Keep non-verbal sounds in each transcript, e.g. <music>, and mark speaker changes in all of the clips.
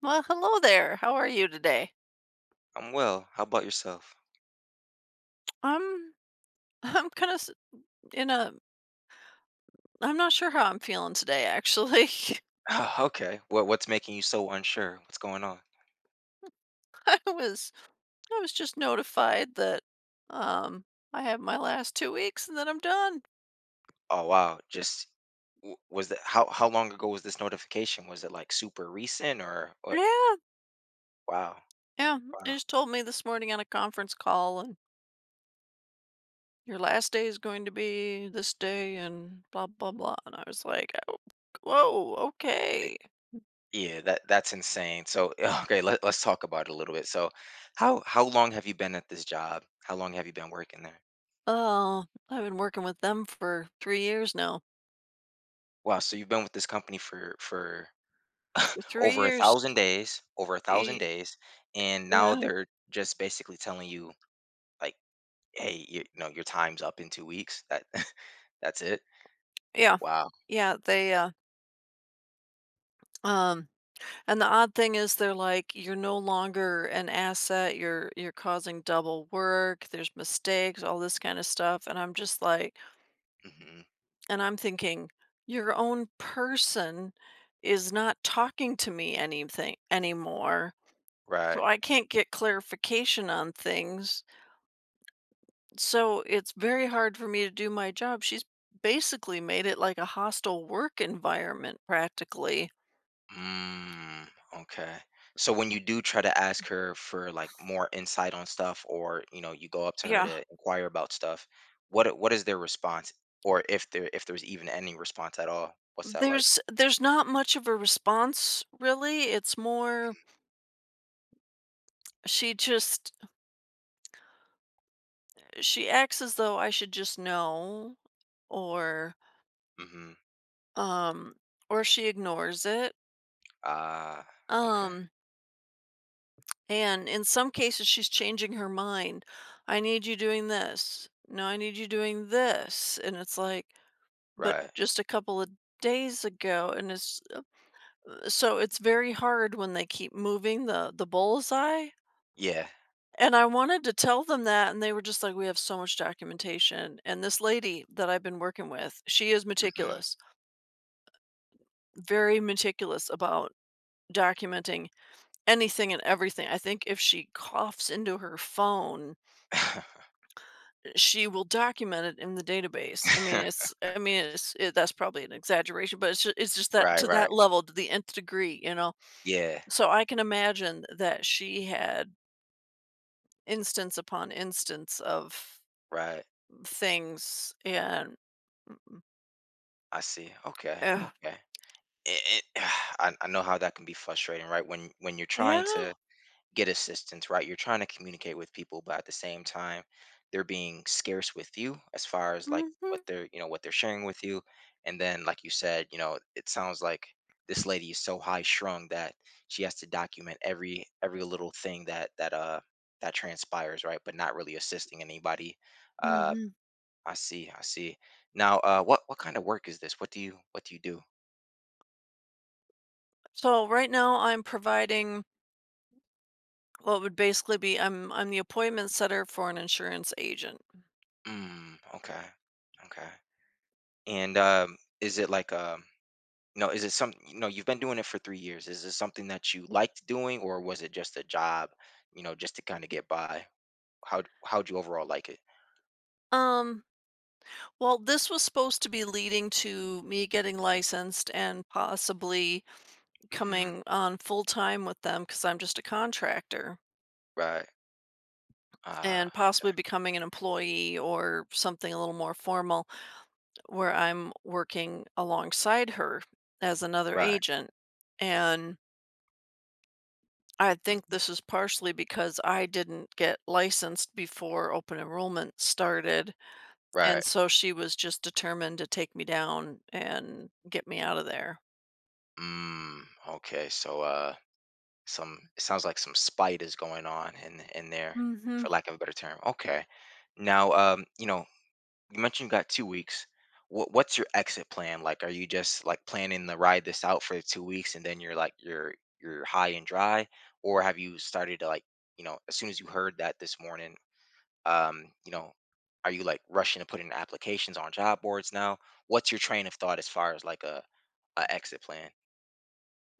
Speaker 1: Well, hello there. How are you today?
Speaker 2: I'm well. How about yourself? <laughs>
Speaker 1: I'm <laughs> I'm kind of in a I'm not sure how I'm feeling today actually. <laughs>
Speaker 2: Ah, okay. What's making you so unsure? What's going on?
Speaker 1: I was I was just notified that um I have my last 2 weeks and then I'm done.
Speaker 2: Oh wow. Was that how long ago was this notification? Was it like super recent or what?
Speaker 1: Yeah.
Speaker 2: Wow.
Speaker 1: Yeah, they
Speaker 2: Wow.
Speaker 1: just told me this morning on a conference call and your last day is going to be this day and blah blah blah and I was like, "Whoa,
Speaker 2: Eh,
Speaker 1: okay."
Speaker 2: Yeah, that's insane. So <laughs> okay, let's talk about it a little bit. So how long have you been at this job? How long have you been working there?
Speaker 1: Oh, I've been working with them for 3 years now.
Speaker 2: Wow, so you've been with this company for
Speaker 1: For 3
Speaker 2: over a
Speaker 1: years.
Speaker 2: thousand days, over a thousand
Speaker 1: y-
Speaker 2: days, and now
Speaker 1: Yeah.
Speaker 2: they're just basically telling you like, "Hey, you know, your time's up in 2 weeks. That <laughs> that's it?"
Speaker 1: Yeah.
Speaker 2: Wow.
Speaker 1: Yeah, um and the odd thing is they're like, "You're no longer an asset, you're causing double work, there's mistakes, all this kinda stuff," and I'm just like
Speaker 2: Mhm.
Speaker 1: and I'm thinking, "Your own person is not talking to me anything anymore, so
Speaker 2: Right.
Speaker 1: I can't get clarification on things, so it's very hard for me to do my job." She's basically made it like a hostile work environment practically.
Speaker 2: Mm, okay. So when you do try to ask her for, like, more insight on stuff or, you know, you go up to her
Speaker 1: Yeah.
Speaker 2: to inquire about stuff, what is their response? Or if there's even any response at all, what's that like?
Speaker 1: There's not much of a response, really. It's more she just she acts as though I should just know or,
Speaker 2: Mhm.
Speaker 1: um or she ignores it,
Speaker 2: Ah, okay.
Speaker 1: um, and in some cases, she's changing her mind. "I need you doing this. No, I need you doing this," and it's like, "But
Speaker 2: Right.
Speaker 1: just a couple of days ago," and so it's very hard when they keep moving the bullseye.
Speaker 2: Yeah.
Speaker 1: And I wanted to tell them that, and they were just like, "We have so much documentation." And this lady that I've been working with, she is
Speaker 2: Mhm.
Speaker 1: meticulous, very meticulous about documenting anything and everything. I think if she coughs into her phone,
Speaker 2: <laughs>
Speaker 1: she will document it in the database. I mean, that's probably an exaggeration, but it's just that
Speaker 2: Right,
Speaker 1: to
Speaker 2: right.
Speaker 1: that level, to the nth degree.
Speaker 2: Yeah,
Speaker 1: So I can imagine that she had instance upon instance of
Speaker 2: right.
Speaker 1: things and
Speaker 2: I see. Okay,
Speaker 1: eh,
Speaker 2: okay. It, <sighs> I know how that can be frustrating, right? When you're trying
Speaker 1: yeah.
Speaker 2: to get assistance, right? You're trying to communicate with people, but at the same time, they're being scarce with you as far as like what
Speaker 1: Mhm.
Speaker 2: they're, what they're sharing with you. And then, like you said, you know, it sounds like this lady is so high strung that she has to document every little thing that transpires, right? But not really assisting anybody. Uh,
Speaker 1: Mhm.
Speaker 2: I see, I see. Now, what kind of work is this? What do you do?
Speaker 1: So right now I'm providing what would basically be I'm the appointment setter for an insurance agent.
Speaker 2: Mm, okay, okay. And is it like No, is it some, you know, you've been doing it for 3 years. Is this something that you liked doing, or was it just a job, you know, just to kinda get by? How'd you overall like it?
Speaker 1: Um, well, this was supposed to be leading to me getting licensed and possibly
Speaker 2: Mhm.
Speaker 1: coming on full time with them because I'm just a contractor
Speaker 2: Right. Ah,
Speaker 1: and
Speaker 2: okay.
Speaker 1: possibly becoming an employee or something a little more formal where I'm working alongside her as another
Speaker 2: Right.
Speaker 1: agent. And I think
Speaker 2: Mhm.
Speaker 1: this is partially because I didn't get licensed before open enrollment started, and
Speaker 2: Right.
Speaker 1: so she was just determined to take me down and get me out of there.
Speaker 2: Mm, okay. So, some it sounds like some spite is going on in there, for lack of a better term. Okay. Now, you know you mentioned you got 2 weeks. What's your exit plan? Like, are you just like planning to ride this out for 2 weeks, and then you're like you're high and dry, or have you started to like, you know, as soon as you heard that this morning, you know, are you like rushing to put in applications on job boards now? What's your train of thought as far as like a exit plan?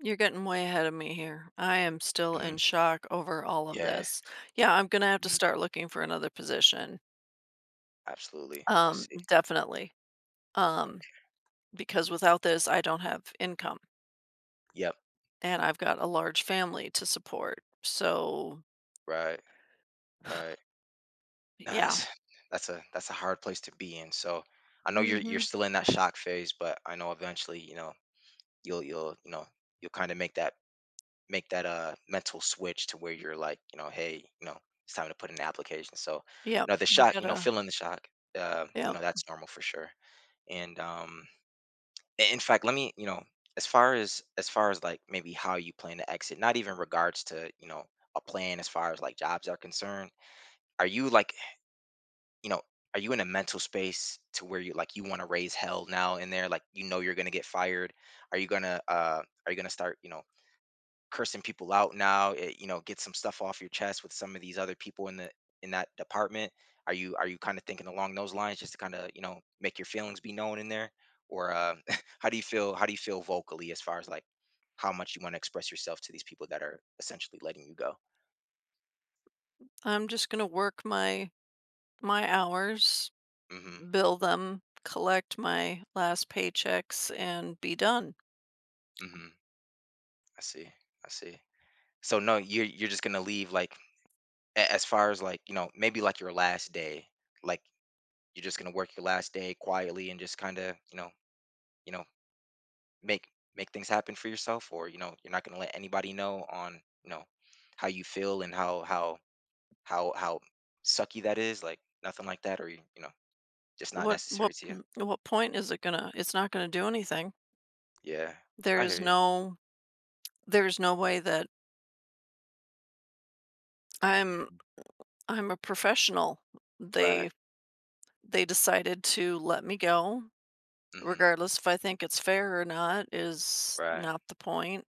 Speaker 1: You're getting way ahead of me here. I am still
Speaker 2: Hmm.
Speaker 1: in shock over all of
Speaker 2: Yeah,
Speaker 1: this. Yeah, I'm gonna have to
Speaker 2: mhm,
Speaker 1: start looking for another position.
Speaker 2: absolutely. I see.
Speaker 1: Definitely. Um, because without this, I don't have income
Speaker 2: Yep.
Speaker 1: and I've got a large family to support. So,
Speaker 2: Right. Right.
Speaker 1: <sighs>
Speaker 2: No,
Speaker 1: yeah.
Speaker 2: that's a hard place to be in. So I know you're
Speaker 1: Hmm.
Speaker 2: still in that shock phase, but I know eventually, you know, you'll you'll you know you'll kind of make that mental switch to where you're like, you know, hey, you know, it's time to put in an application. So
Speaker 1: Yep.
Speaker 2: no, the
Speaker 1: We
Speaker 2: shock, you know,
Speaker 1: gotta,
Speaker 2: feeling the shock, you
Speaker 1: yeah.
Speaker 2: know, that's normal for sure. And in fact, let me, you know, as far as like maybe how you plan to exit, not even regards to, you know, a plan as far as like jobs are concerned. Are you like, you know, are you in a mental space to where you like you want to raise hell now and there? Like you know you're gonna get fired. Are you gonna start, you know, cursing people out now? You know, get some stuff off your chest with some of these other people in the in that department? Are you kind of thinking along those lines just to kind of, you know, make your feelings be known in there? Or <laughs> how do you feel vocally as far as like how much you want to express yourself to these people that are essentially letting you go?
Speaker 1: I'm just going to work my hours,
Speaker 2: Mm-hmm.
Speaker 1: bill them, collect my last paychecks and be done.
Speaker 2: Mm-hmm. I see. I see. So no, you're just gonna leave, like, as far as like, you know, maybe like your last day, like you're just gonna work your last day quietly and just kind of, you know, you know make make things happen for yourself, or you know you're not gonna let anybody know on, you know, how you feel and how sucky that is, like nothing like that, or you know just not
Speaker 1: What
Speaker 2: necessary
Speaker 1: what
Speaker 2: to you.
Speaker 1: mm, what point is it going to it's not going to do anything.
Speaker 2: Yeah,
Speaker 1: There
Speaker 2: I
Speaker 1: is
Speaker 2: hear you.
Speaker 1: no there's no way that I'm I'm a professional.
Speaker 2: Right,
Speaker 1: They they decided to let me go
Speaker 2: mm-hmm,
Speaker 1: regardless if I think it's fair or not is
Speaker 2: right,
Speaker 1: not the point.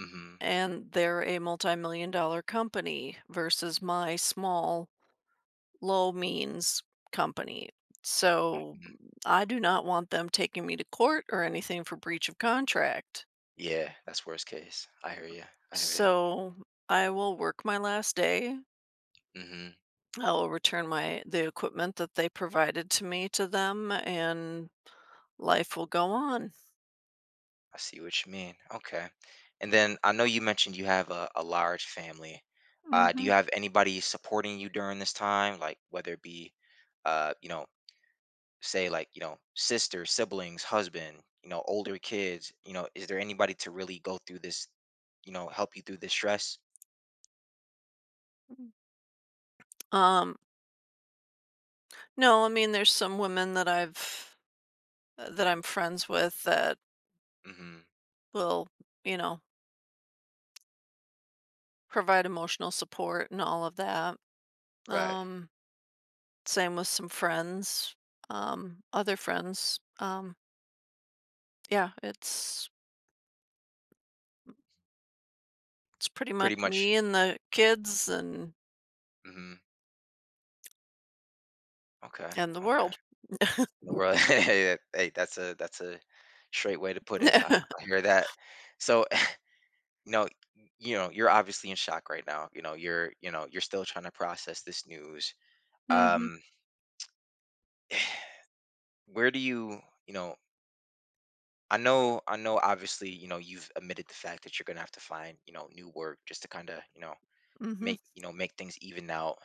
Speaker 2: mm-hmm,
Speaker 1: And they're a multi-million dollar company versus my small low means company. So
Speaker 2: mm-hmm.
Speaker 1: I do not want them taking me to court or anything for breach of contract.
Speaker 2: Yeah, that's worst case. I hear
Speaker 1: So I will work my last day.
Speaker 2: you. Mm-hmm.
Speaker 1: I will return my the equipment that they provided to me to them and life will go on.
Speaker 2: I see what you mean. Okay. And then I know you mentioned you have a large family. Do you
Speaker 1: Hmm.
Speaker 2: have anybody supporting you during this time? Like whether it be, you know, say like, you know, sister, siblings, husband, you know, older kids, you know, is there anybody to really go through this, you know, help you through this stress?
Speaker 1: Um no, I mean there's some women that I'm friends with that
Speaker 2: Mm-hmm.
Speaker 1: will, you know, provide emotional support and all of that.
Speaker 2: Right.
Speaker 1: Um Same with some friends, other friends. Yeah, it's it's pretty
Speaker 2: Pretty
Speaker 1: much
Speaker 2: much.
Speaker 1: me and the kids
Speaker 2: Mm-hmm. Okay.
Speaker 1: and the
Speaker 2: Okay.
Speaker 1: world.
Speaker 2: In the world. <laughs> Hey, hey, that's a straight way to put it. I
Speaker 1: <laughs>
Speaker 2: hear that. So no, you know, you're obviously in shock right now, you know, you know you're still trying to process this news,
Speaker 1: Mhm,
Speaker 2: um <sighs> where do you, you know, I know, obviously, you know, you've admitted the fact that you're gonna have to find, you know, new work just to kind of, you know,
Speaker 1: mhm.
Speaker 2: make make things even out.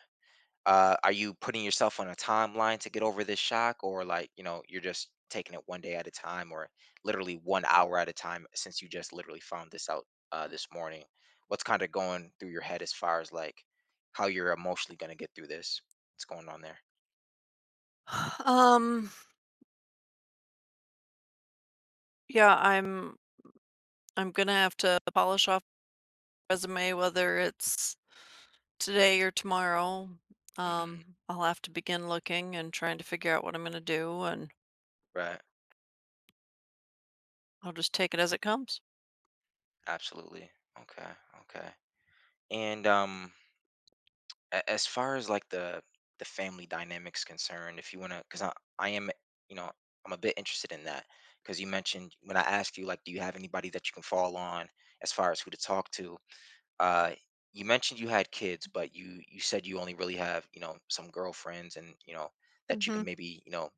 Speaker 2: Are you putting yourself on a timeline to get over this shock, or like, you know, you're just taking it one day at a time, or literally one hour at a time since you just literally found this out this morning? What's kind of going through your head as far as like how you're emotionally going to get through this? What's going on there?
Speaker 1: <sighs> Um, yeah, I'm I'm gonna have to polish off the resume whether it's today or tomorrow.
Speaker 2: Hmm.
Speaker 1: I'll have to begin looking and trying to figure out what I'm gonna do, and
Speaker 2: Right.
Speaker 1: I'll just take it as it comes.
Speaker 2: Absolutely. Okay. Okay. And as far as like the family dynamics concerned, if you want to, because I am, you know, I'm a bit interested in that, because you mentioned, when I asked you, like, do you have anybody that you can fall on as far as who to talk to, uh you mentioned you had kids, but you said you only really have, you know, some girlfriends and, you know, that you can
Speaker 1: Mhm.
Speaker 2: maybe, you know,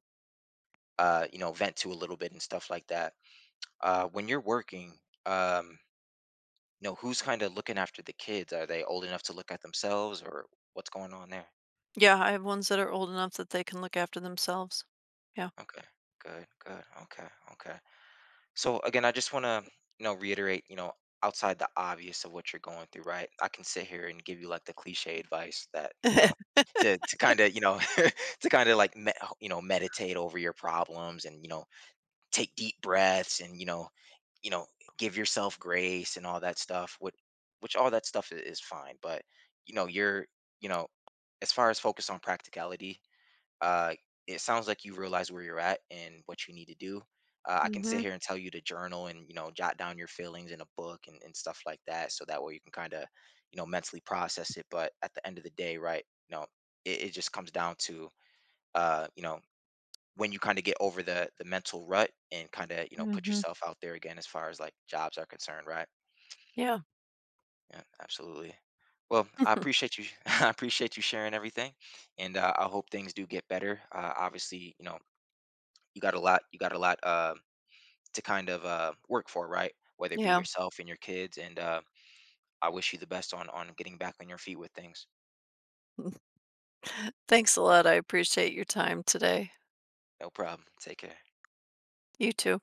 Speaker 2: you know vent to a little bit and stuff like that when you're working. um you know who's kind of looking after the kids? Are they old enough to look at themselves, or what's going on there?
Speaker 1: Yeah, I have ones that are old enough that they can look after themselves. Yeah.
Speaker 2: Okay. Good. Good. Okay. Okay. So again, I just want to, you know, reiterate, you know, outside the obvious of what you're going through, right? I can sit here and give you like the cliche advice that, you know, to kind of, you know, <laughs> to kind of like, you know, meditate over your problems and, you know, take deep breaths and, you know, you know, give yourself grace and all that stuff, which all that stuff is fine, but you know, you're, you know, as far as focus on practicality, uh, it sounds like you realize where you're at and what you need to do. I can sit
Speaker 1: Mhm,
Speaker 2: here and tell you to journal and, you know, jot down your feelings in a book and stuff like that, so that way you can kind of, you know, mentally process it. But at the end of the day, right? You know, it just comes down to, you know, when you kind of get over the mental rut and kind of, you know, put
Speaker 1: mhm.
Speaker 2: yourself out there again as far as like jobs are concerned, right?
Speaker 1: Yeah.
Speaker 2: Yeah, absolutely. Well, I
Speaker 1: <laughs>
Speaker 2: appreciate you. <laughs> I appreciate you sharing everything, and I hope things do get better. Obviously, you know, you got a lot, to kind of, work for, right? Whether it be
Speaker 1: Yeah.
Speaker 2: yourself and your kids, and I wish you the best on getting back on your feet with things.
Speaker 1: <laughs> Thanks a lot. I appreciate your time today.
Speaker 2: No problem. Take care.
Speaker 1: You too.